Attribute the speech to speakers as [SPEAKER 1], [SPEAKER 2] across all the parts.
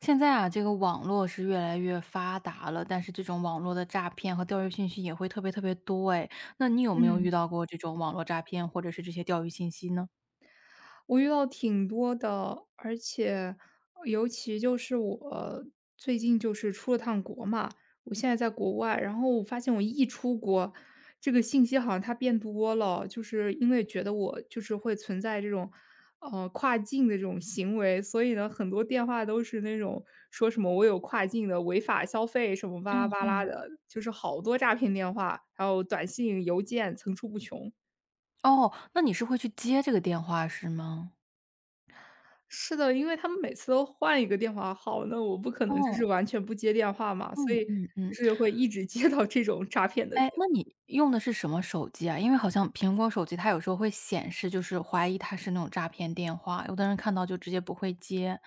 [SPEAKER 1] 现在啊，这个网络是越来越发达了，但是这种网络的诈骗和钓鱼信息也会特别特别多哎。那你有没有
[SPEAKER 2] 嗯，
[SPEAKER 1] 遇到过这种网络诈骗或者是这些钓鱼信息呢？
[SPEAKER 2] 我遇到挺多的，而且尤其就是我最近就是出了趟国嘛，我现在在国外。然后我发现我一出国，这个信息好像它变多了，就是因为觉得我就是会存在这种，跨境的这种行为。所以呢，很多电话都是那种说什么我有跨境的违法消费什么巴拉
[SPEAKER 1] 嗯
[SPEAKER 2] 巴拉
[SPEAKER 1] 嗯。
[SPEAKER 2] 的，就是好多诈骗电话，还有短信、邮件层出不穷。
[SPEAKER 1] 哦，那你是会去接这个电话是吗？
[SPEAKER 2] 是的，因为他们每次都换一个电话号，那我不可能就是
[SPEAKER 1] 哦，
[SPEAKER 2] 完全不接电话嘛，所
[SPEAKER 1] 嗯
[SPEAKER 2] 以
[SPEAKER 1] 嗯
[SPEAKER 2] 就
[SPEAKER 1] 嗯。
[SPEAKER 2] 是会一直接到这种诈骗的
[SPEAKER 1] 哎，
[SPEAKER 2] 电
[SPEAKER 1] 那你用的是什么手机啊？因为好像苹果手机它有时候会显示，就是怀疑它是那种诈骗电话，有的人看到就直接不会接。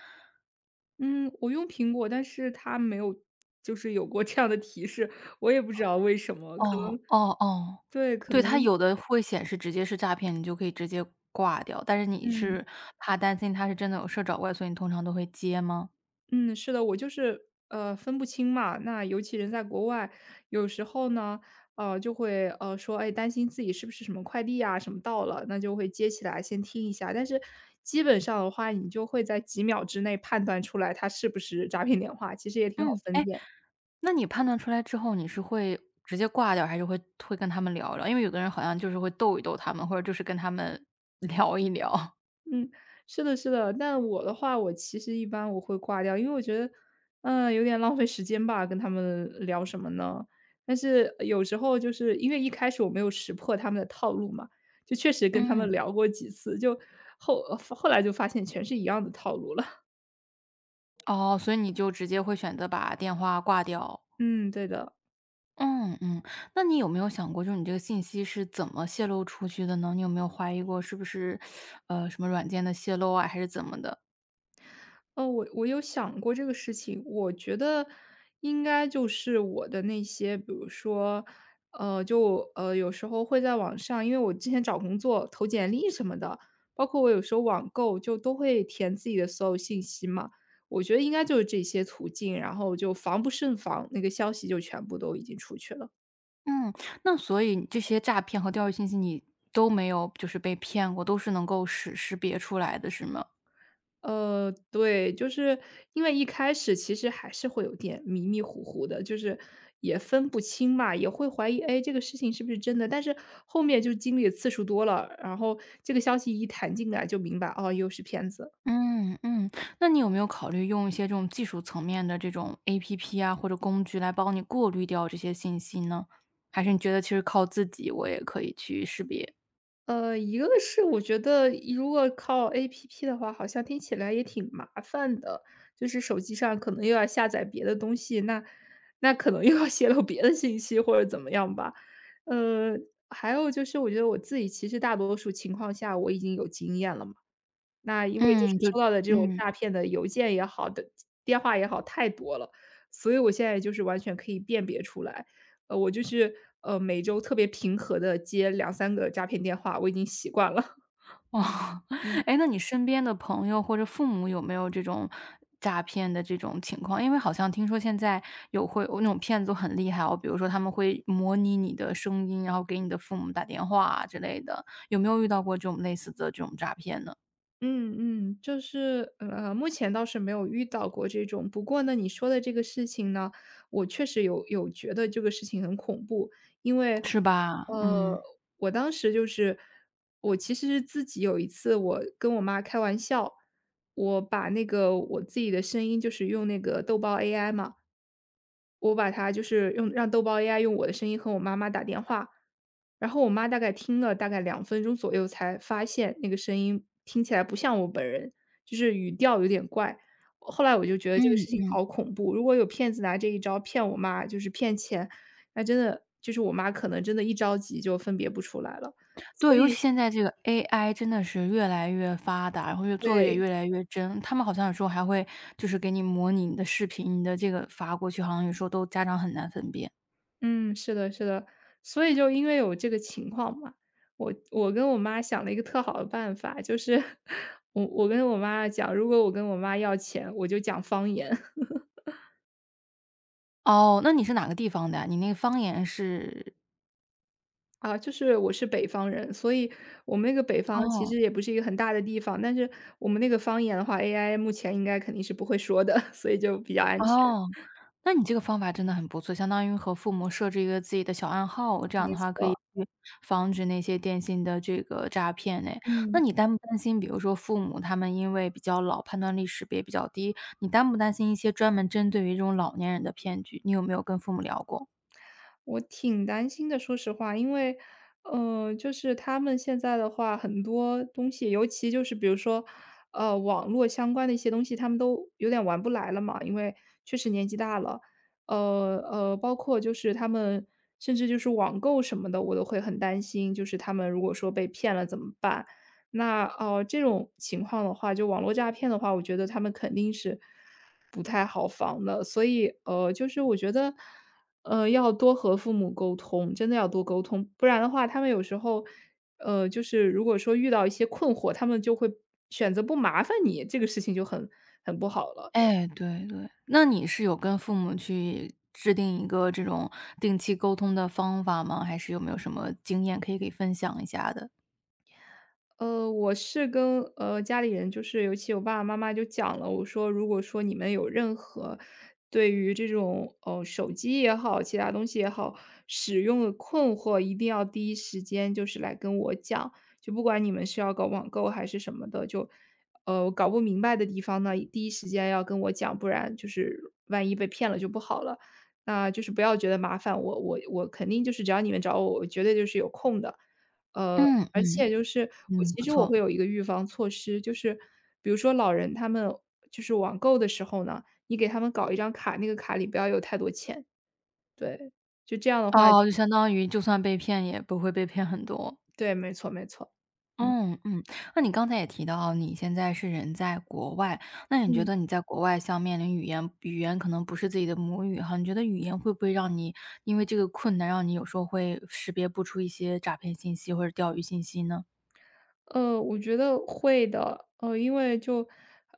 [SPEAKER 2] 嗯，我用苹果，但是它没有就是有过这样的提示，我也不知道为什么，可
[SPEAKER 1] 哦，
[SPEAKER 2] 能
[SPEAKER 1] 哦哦，
[SPEAKER 2] 对，可
[SPEAKER 1] 对，他
[SPEAKER 2] 能
[SPEAKER 1] 有的会显示直接是诈骗，你就可以直接挂掉，但是你
[SPEAKER 2] 嗯。
[SPEAKER 1] 是怕担心他是真的有事儿找过来，所以你通常都会接吗？
[SPEAKER 2] 嗯，是的，我就是分不清嘛。那尤其人在国外，有时候呢，就会说，哎，担心自己是不是什么快递啊什么到了，那就会接起来先听一下。但是基本上的话，你就会在几秒之内判断出来它是不是诈骗电话，其实也挺好
[SPEAKER 1] 嗯，
[SPEAKER 2] 分
[SPEAKER 1] 哎，
[SPEAKER 2] 辨。
[SPEAKER 1] 那你判断出来之后，你是会直接挂掉，还是会跟他们聊一聊？因为有的人好像就是会逗一逗他们，或者就是跟他们聊一聊。
[SPEAKER 2] 嗯，是的，是的。但我的话，我其实一般会挂掉，因为我觉得，嗯，有点浪费时间吧，跟他们聊什么呢？但是有时候就是因为一开始我没有识破他们的套路嘛，就确实跟他们
[SPEAKER 1] 嗯，
[SPEAKER 2] 聊过几次，就后来就发现全是一样的套路了。
[SPEAKER 1] 哦，所以你就直接会选择把电话挂掉。
[SPEAKER 2] 嗯，对的。
[SPEAKER 1] 嗯嗯，那你有没有想过，就是你这个信息是怎么泄露出去的呢？你有没有怀疑过是不是，什么软件的泄露啊，还是怎么的？
[SPEAKER 2] 我有想过这个事情，我觉得应该就是我的那些，比如说，有时候会在网上，因为我之前找工作投简历什么的，包括我有时候网购就都会填自己的所有信息嘛，我觉得应该就是这些途径，然后就防不胜防，那个消息就全部都已经出去了。
[SPEAKER 1] 嗯，那所以这些诈骗和钓鱼信息你都没有就是被骗过，都是能够识别出来的，是吗？
[SPEAKER 2] 对，就是因为一开始其实还是会有点迷迷糊糊的，就是也分不清嘛，也会怀疑，哎，这个事情是不是真的？但是后面就经历的次数多了，然后这个消息一弹进来，就明白，哦，又是骗子。
[SPEAKER 1] 嗯嗯，那你有没有考虑用一些这种技术层面的这种 APP 啊，或者工具来帮你过滤掉这些信息呢？还是你觉得其实靠自己我也可以去识别？
[SPEAKER 2] 一个是我觉得如果靠 APP 的话，好像听起来也挺麻烦的，就是手机上可能又要下载别的东西，那可能又要泄露别的信息或者怎么样吧。呃，还有就是我觉得我自己其实大多数情况下我已经有经验了嘛。那因为就是
[SPEAKER 1] 嗯，就
[SPEAKER 2] 收到的这种
[SPEAKER 1] 嗯。
[SPEAKER 2] 诈骗的邮件也好的电话也好太多了，所以我现在就是完全可以辨别出来。呃，我就是，呃，每周特别平和的接两三个诈骗电话，我已经习惯了。
[SPEAKER 1] 哦，哎，那你身边的朋友或者父母有没有这种诈骗的这种情况？因为好像听说现在有会有那种骗子都很厉害哦，比如说他们会模拟你的声音，然后给你的父母打电话啊之类的，有没有遇到过这种类似的这种诈骗呢？
[SPEAKER 2] 目前倒是没有遇到过这种。不过呢，你说的这个事情呢，我确实有觉得这个事情很恐怖。因为，
[SPEAKER 1] 是吧？嗯。
[SPEAKER 2] 呃，我当时就是我其实是自己有一次我跟我妈开玩笑，我把那个我自己的声音就是用那个豆包 AI 嘛，我把它就是用让豆包 AI 用我的声音和我妈妈打电话，然后我妈大概听了大概2分钟左右才发现那个声音听起来不像我本人，就是语调有点怪。后来我就觉得这个
[SPEAKER 1] 嗯
[SPEAKER 2] 事情
[SPEAKER 1] 嗯。
[SPEAKER 2] 好恐怖，如果有骗子拿这一招骗我妈，就是骗钱，那真的就是我妈可能真的一着急就分别不出来了。所
[SPEAKER 1] 对，尤其
[SPEAKER 2] 以
[SPEAKER 1] 现在这个 AI 真的是越来越发达，然后越做的也
[SPEAKER 2] 对。
[SPEAKER 1] 越来越真。他们好像有时候还会就是给你模拟你的视频，你的这个发过去，好像有时候都家长很难分辨。
[SPEAKER 2] 嗯，是的，是的。所以就因为有这个情况嘛，我跟我妈想了一个特好的办法，就是 我跟我妈讲，如果我跟我妈要钱，我就讲方言
[SPEAKER 1] 哦，那你是哪个地方的呀？你那个方言是
[SPEAKER 2] 啊，就是我是北方人，所以我们那个北方其
[SPEAKER 1] 哦，
[SPEAKER 2] 实也不是一个很大的地方，但是我们那个方言的话，AI 目前应该肯定是不会说的，所以就比较安全。
[SPEAKER 1] 哦，那你这个方法真的很不错，相当于和父母设置一个自己的小暗号，这样
[SPEAKER 2] 没
[SPEAKER 1] 的话可以
[SPEAKER 2] 错，
[SPEAKER 1] 去防止那些电信的这个诈骗哎。那
[SPEAKER 2] 嗯。
[SPEAKER 1] 你担不担心，比如说父母他们因为比较老，判断力识别比较低，你担不担心一些专门针对于这种老年人的骗局，你有没有跟父母聊过？
[SPEAKER 2] 我挺担心的，说实话，因为，就是他们现在的话，很多东西，尤其就是比如说，网络相关的一些东西，他们都有点玩不来了嘛，因为确实年纪大了，包括就是他们甚至就是网购什么的，我都会很担心，就是他们如果说被骗了怎么办？那哦，这种情况的话，就网络诈骗的话，我觉得他们肯定是不太好防的，所以就是我觉得。要多和父母沟通，真的要多沟通，不然的话，他们有时候，就是如果说遇到一些困惑，他们就会选择不麻烦你，这个事情就很不好了。
[SPEAKER 1] 哎，对对。那你是有跟父母去制定一个这种定期沟通的方法吗？还是有没有什么经验可以给分享一下的？
[SPEAKER 2] 我是跟家里人，就是尤其我爸爸妈妈就讲了，我说如果说你们有任何对于这种手机也好，其他东西也好，使用的困惑，一定要第一时间就是来跟我讲，就不管你们是要搞网购还是什么的，就搞不明白的地方呢，第一时间要跟我讲，不然就是万一被骗了就不好了。那就是不要觉得麻烦我，我肯定就是只要你们找我，我绝对就是有空的。呃，
[SPEAKER 1] 嗯
[SPEAKER 2] 而
[SPEAKER 1] 嗯
[SPEAKER 2] 且就是我
[SPEAKER 1] 嗯，
[SPEAKER 2] 其
[SPEAKER 1] 不
[SPEAKER 2] 实我
[SPEAKER 1] 错。
[SPEAKER 2] 会有一个预防措施，就是比如说老人他们就是网购的时候呢，你给他们搞一张卡，那个卡里不要有太多钱，对，就这样的话
[SPEAKER 1] 哦，就相当于就算被骗也不会被骗很多。
[SPEAKER 2] 对，没错，嗯
[SPEAKER 1] 嗯嗯，那你刚才也提到你现在是人在国外，那你觉
[SPEAKER 2] 嗯。
[SPEAKER 1] 得你在国外像面临语言可能不是自己的母语哈，你觉得语言会不会让你因为这个困难，让你有时候会识别不出一些诈骗信息或者钓鱼信息呢？
[SPEAKER 2] 我觉得会的，因为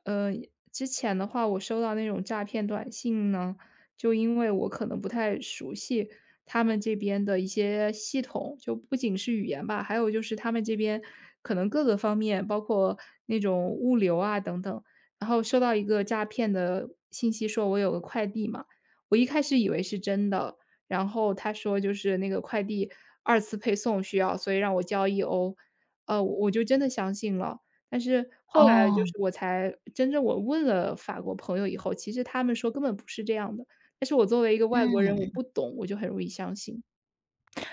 [SPEAKER 2] 呃，之前的话，我收到那种诈骗短信呢，就因为我可能不太熟悉他们这边的一些系统，就不仅是语言吧，还有就是他们这边可能各个方面，包括那种物流啊等等。然后收到一个诈骗的信息，说我有个快递嘛，我一开始以为是真的，然后他说就是那个快递二次配送需要，所以让我交1欧。我就真的相信了。但是后来就
[SPEAKER 1] 哦。
[SPEAKER 2] 是我才真正我问了法国朋友以后，其实他们说根本不是这样的。但是我作为一个外国人，我
[SPEAKER 1] 嗯，
[SPEAKER 2] 不懂，我就很容易相信。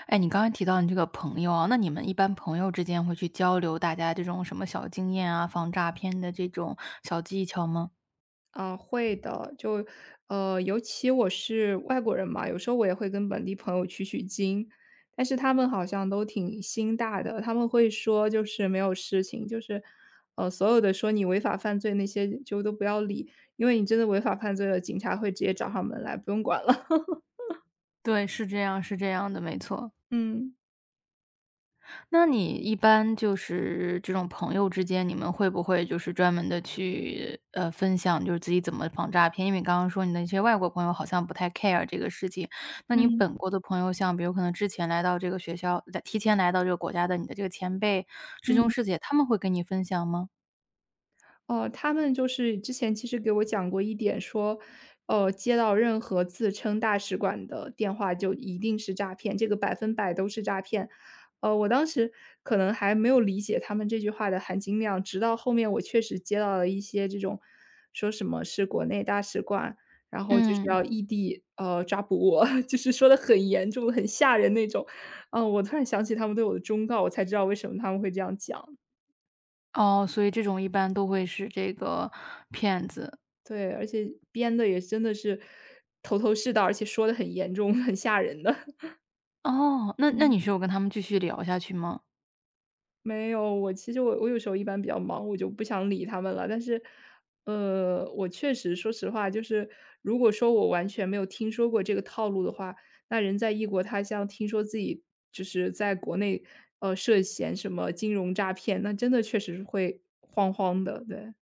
[SPEAKER 1] 哎，你刚才提到你这个朋友啊，那你们一般朋友之间会去交流大家这种什么小经验啊，防诈骗的这种小技巧吗？
[SPEAKER 2] 啊，会的，尤其我是外国人嘛，有时候我也会跟本地朋友取取经，但是他们好像都挺心大的，他们会说就是没有事情，就是所有的说你违法犯罪那些就都不要理，因为你真的违法犯罪了，警察会直接找上门来，不用管了。
[SPEAKER 1] 对，是这样，是这样的，没错。
[SPEAKER 2] 嗯，
[SPEAKER 1] 那你一般就是这种朋友之间，你们会不会就是专门的去，分享就是自己怎么防诈骗？因为你刚刚说你的一些外国朋友好像不太 care 这个事情，那你
[SPEAKER 2] 嗯，
[SPEAKER 1] 本国的朋友，像比如可能之前来到这个学校来提前来到这个国家的你的这个前辈、师兄
[SPEAKER 2] 嗯，
[SPEAKER 1] 师姐，他们会跟你分享吗？
[SPEAKER 2] 哦，他们就是之前其实给我讲过一点说，接到任何自称大使馆的电话就一定是诈骗，这个100%都是诈骗。我当时可能还没有理解他们这句话的含金量，直到后面我确实接到了一些这种说什么是国内大使馆，然后就是
[SPEAKER 1] 嗯。
[SPEAKER 2] 要异地，抓捕我，就是说的很严重、很吓人那种。嗯，我突然想起他们对我的忠告，我才知道为什么他们会这样讲。
[SPEAKER 1] 哦，所以这种一般都会是这个骗子。
[SPEAKER 2] 对，而且编的也真的是头头是道，而且说的很严重，很吓人的。
[SPEAKER 1] 哦，那
[SPEAKER 2] 嗯。
[SPEAKER 1] 你是有跟他们继续聊下去吗？
[SPEAKER 2] 没有，我其实我有时候一般比较忙，我就不想理他们了。但是，我确实说实话，就是如果说我完全没有听说过这个套路的话，那人在异国他乡听说自己就是在国内，涉嫌什么金融诈骗，那真的确实是会慌慌的，对，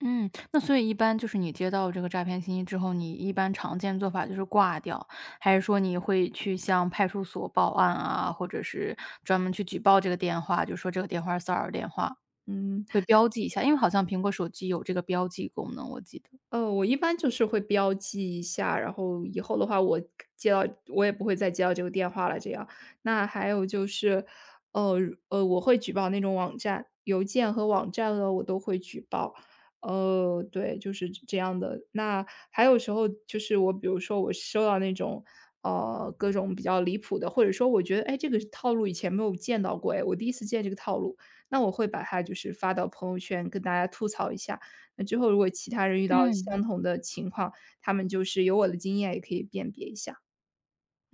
[SPEAKER 1] 嗯，那所以一般就是你接到这个诈骗信息之后，你一般常见做法就是挂掉，还是说你会去向派出所报案啊，或者是专门去举报这个电话，就说这个电话是骚扰电话，
[SPEAKER 2] 嗯。
[SPEAKER 1] 会标记一下，因为好像苹果手机有这个标记功能，我记得。
[SPEAKER 2] 我一般就是会标记一下，然后以后的话，我接到我也不会再接到这个电话了。这样，那还有就是，呃我会举报那种网站、邮件和网站呢，我都会举报。呃，对，就是这样的。那还有时候就是我，比如说我收到那种各种比较离谱的，或者说我觉得哎这个套路以前没有见到过，哎，我第一次见这个套路，那我会把它就是发到朋友圈跟大家吐槽一下。那之后如果其他人遇到
[SPEAKER 1] 嗯。
[SPEAKER 2] 相同的情况，他们就是有我的经验也可以辨别一下。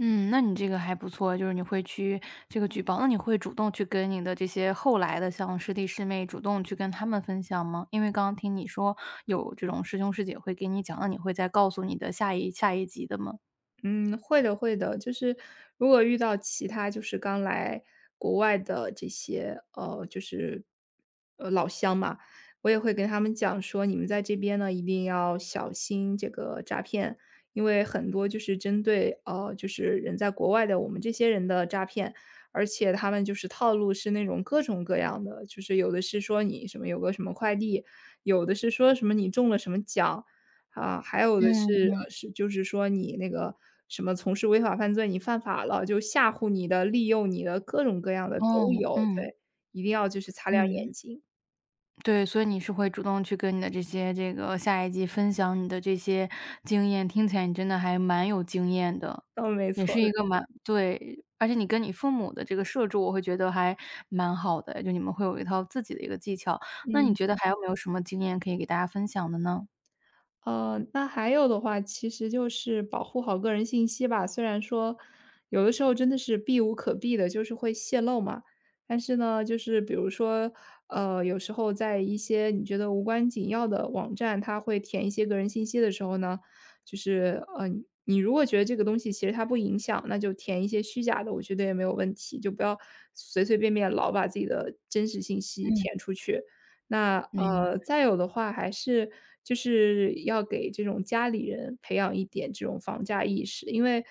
[SPEAKER 1] 嗯，那你这个还不错，就是你会去这个举报，那你会主动去跟你的这些后来的像师弟师妹主动去跟他们分享吗？因为刚刚听你说有这种师兄师姐会给你讲，那你会再告诉你的下一级的吗？
[SPEAKER 2] 嗯，会的会的，就是如果遇到其他就是刚来国外的这些，就是老乡嘛，我也会跟他们讲说，你们在这边呢一定要小心这个诈骗，因为很多就是针对就是人在国外的我们这些人的诈骗，而且他们就是套路是那种各种各样的，就是有的是说你什么有个什么快递，有的是说什么你中了什么奖，啊，还有的是
[SPEAKER 1] 嗯。
[SPEAKER 2] 是就是说你那个什么从事违法犯罪，你犯法了，就吓唬你的、利诱你的，各种各样的都
[SPEAKER 1] 哦，
[SPEAKER 2] 有，
[SPEAKER 1] 嗯，
[SPEAKER 2] 对，一定要就是擦亮
[SPEAKER 1] 嗯。
[SPEAKER 2] 眼睛，
[SPEAKER 1] 对，所以你是会主动去跟你的这些这个下一季分享你的这些经验，听起来你真的还蛮有经验的，
[SPEAKER 2] 嗯，没
[SPEAKER 1] 也
[SPEAKER 2] 错，
[SPEAKER 1] 是一个蛮对，而且你跟你父母的这个设置，我会觉得还蛮好的，就你们会有一套自己的一个技巧。那你
[SPEAKER 2] 嗯。
[SPEAKER 1] 觉得还有没有什么经验可以给大家分享的呢？
[SPEAKER 2] 那还有的话，其实就是保护好个人信息吧。虽然说有的时候真的是避无可避的，就是会泄露嘛。但是呢，就是比如说，有时候在一些你觉得无关紧要的网站，它会填一些个人信息的时候呢，就是你如果觉得这个东西其实它不影响，那就填一些虚假的，我觉得也没有问题，就不要随随便便老把自己的真实信息填
[SPEAKER 1] 嗯。
[SPEAKER 2] 出去。那
[SPEAKER 1] 嗯。
[SPEAKER 2] 呃，再有的话还是就是要给这种家里人培养一点这种防诈意识，因为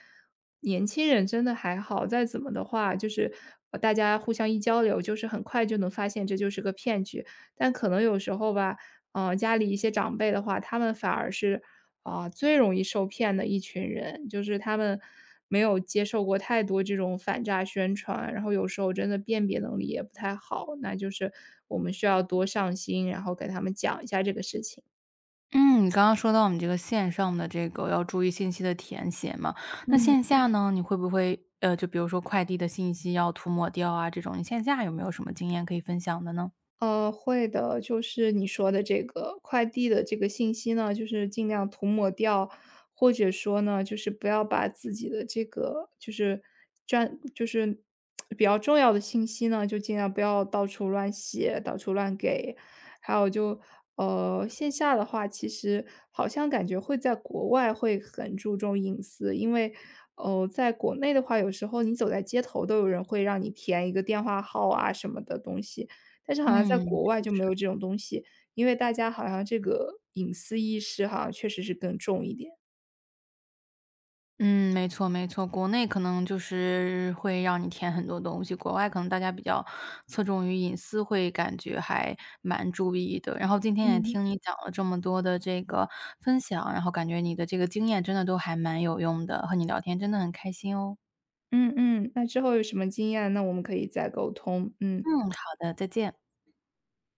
[SPEAKER 2] 年轻人真的还好，再怎么的话，就是大家互相一交流，就是很快就能发现这就是个骗局。但可能有时候吧，家里一些长辈的话，他们反而是啊，最容易受骗的一群人，就是他们没有接受过太多这种反诈宣传，然后有时候真的辨别能力也不太好，那就是我们需要多上心，然后给他们讲一下这个事情。
[SPEAKER 1] 嗯，你刚刚说到我们这个线上的这个要注意信息的填写嘛，那
[SPEAKER 2] 嗯。
[SPEAKER 1] 线下呢，你会不会，就比如说快递的信息要涂抹掉啊这种，你线下有没有什么经验可以分享的呢？
[SPEAKER 2] 会的，就是你说的这个快递的这个信息呢，就是尽量涂抹掉，或者说呢，就是不要把自己的这个就是专就是比较重要的信息呢，就尽量不要到处乱写，到处乱给。还有就线下的话，其实好像感觉会在国外会很注重隐私，因为在国内的话，有时候你走在街头都有人会让你填一个电话号啊什么的东西。但是好像在
[SPEAKER 1] 嗯，
[SPEAKER 2] 国外就没有这种东西，因为大家好像这个隐私意识好像确实是更重一点。
[SPEAKER 1] 嗯，没错没错，国内可能就是会让你填很多东西，国外可能大家比较侧重于隐私，会感觉还蛮注意的。然后今天也
[SPEAKER 2] 嗯。
[SPEAKER 1] 听你讲了这么多的这个分享，然后感觉你的这个经验真的都还蛮有用的，和你聊天真的很开心哦。
[SPEAKER 2] 嗯嗯，那之后有什么经验，那我们可以再沟通，嗯。
[SPEAKER 1] 嗯，好的，再见。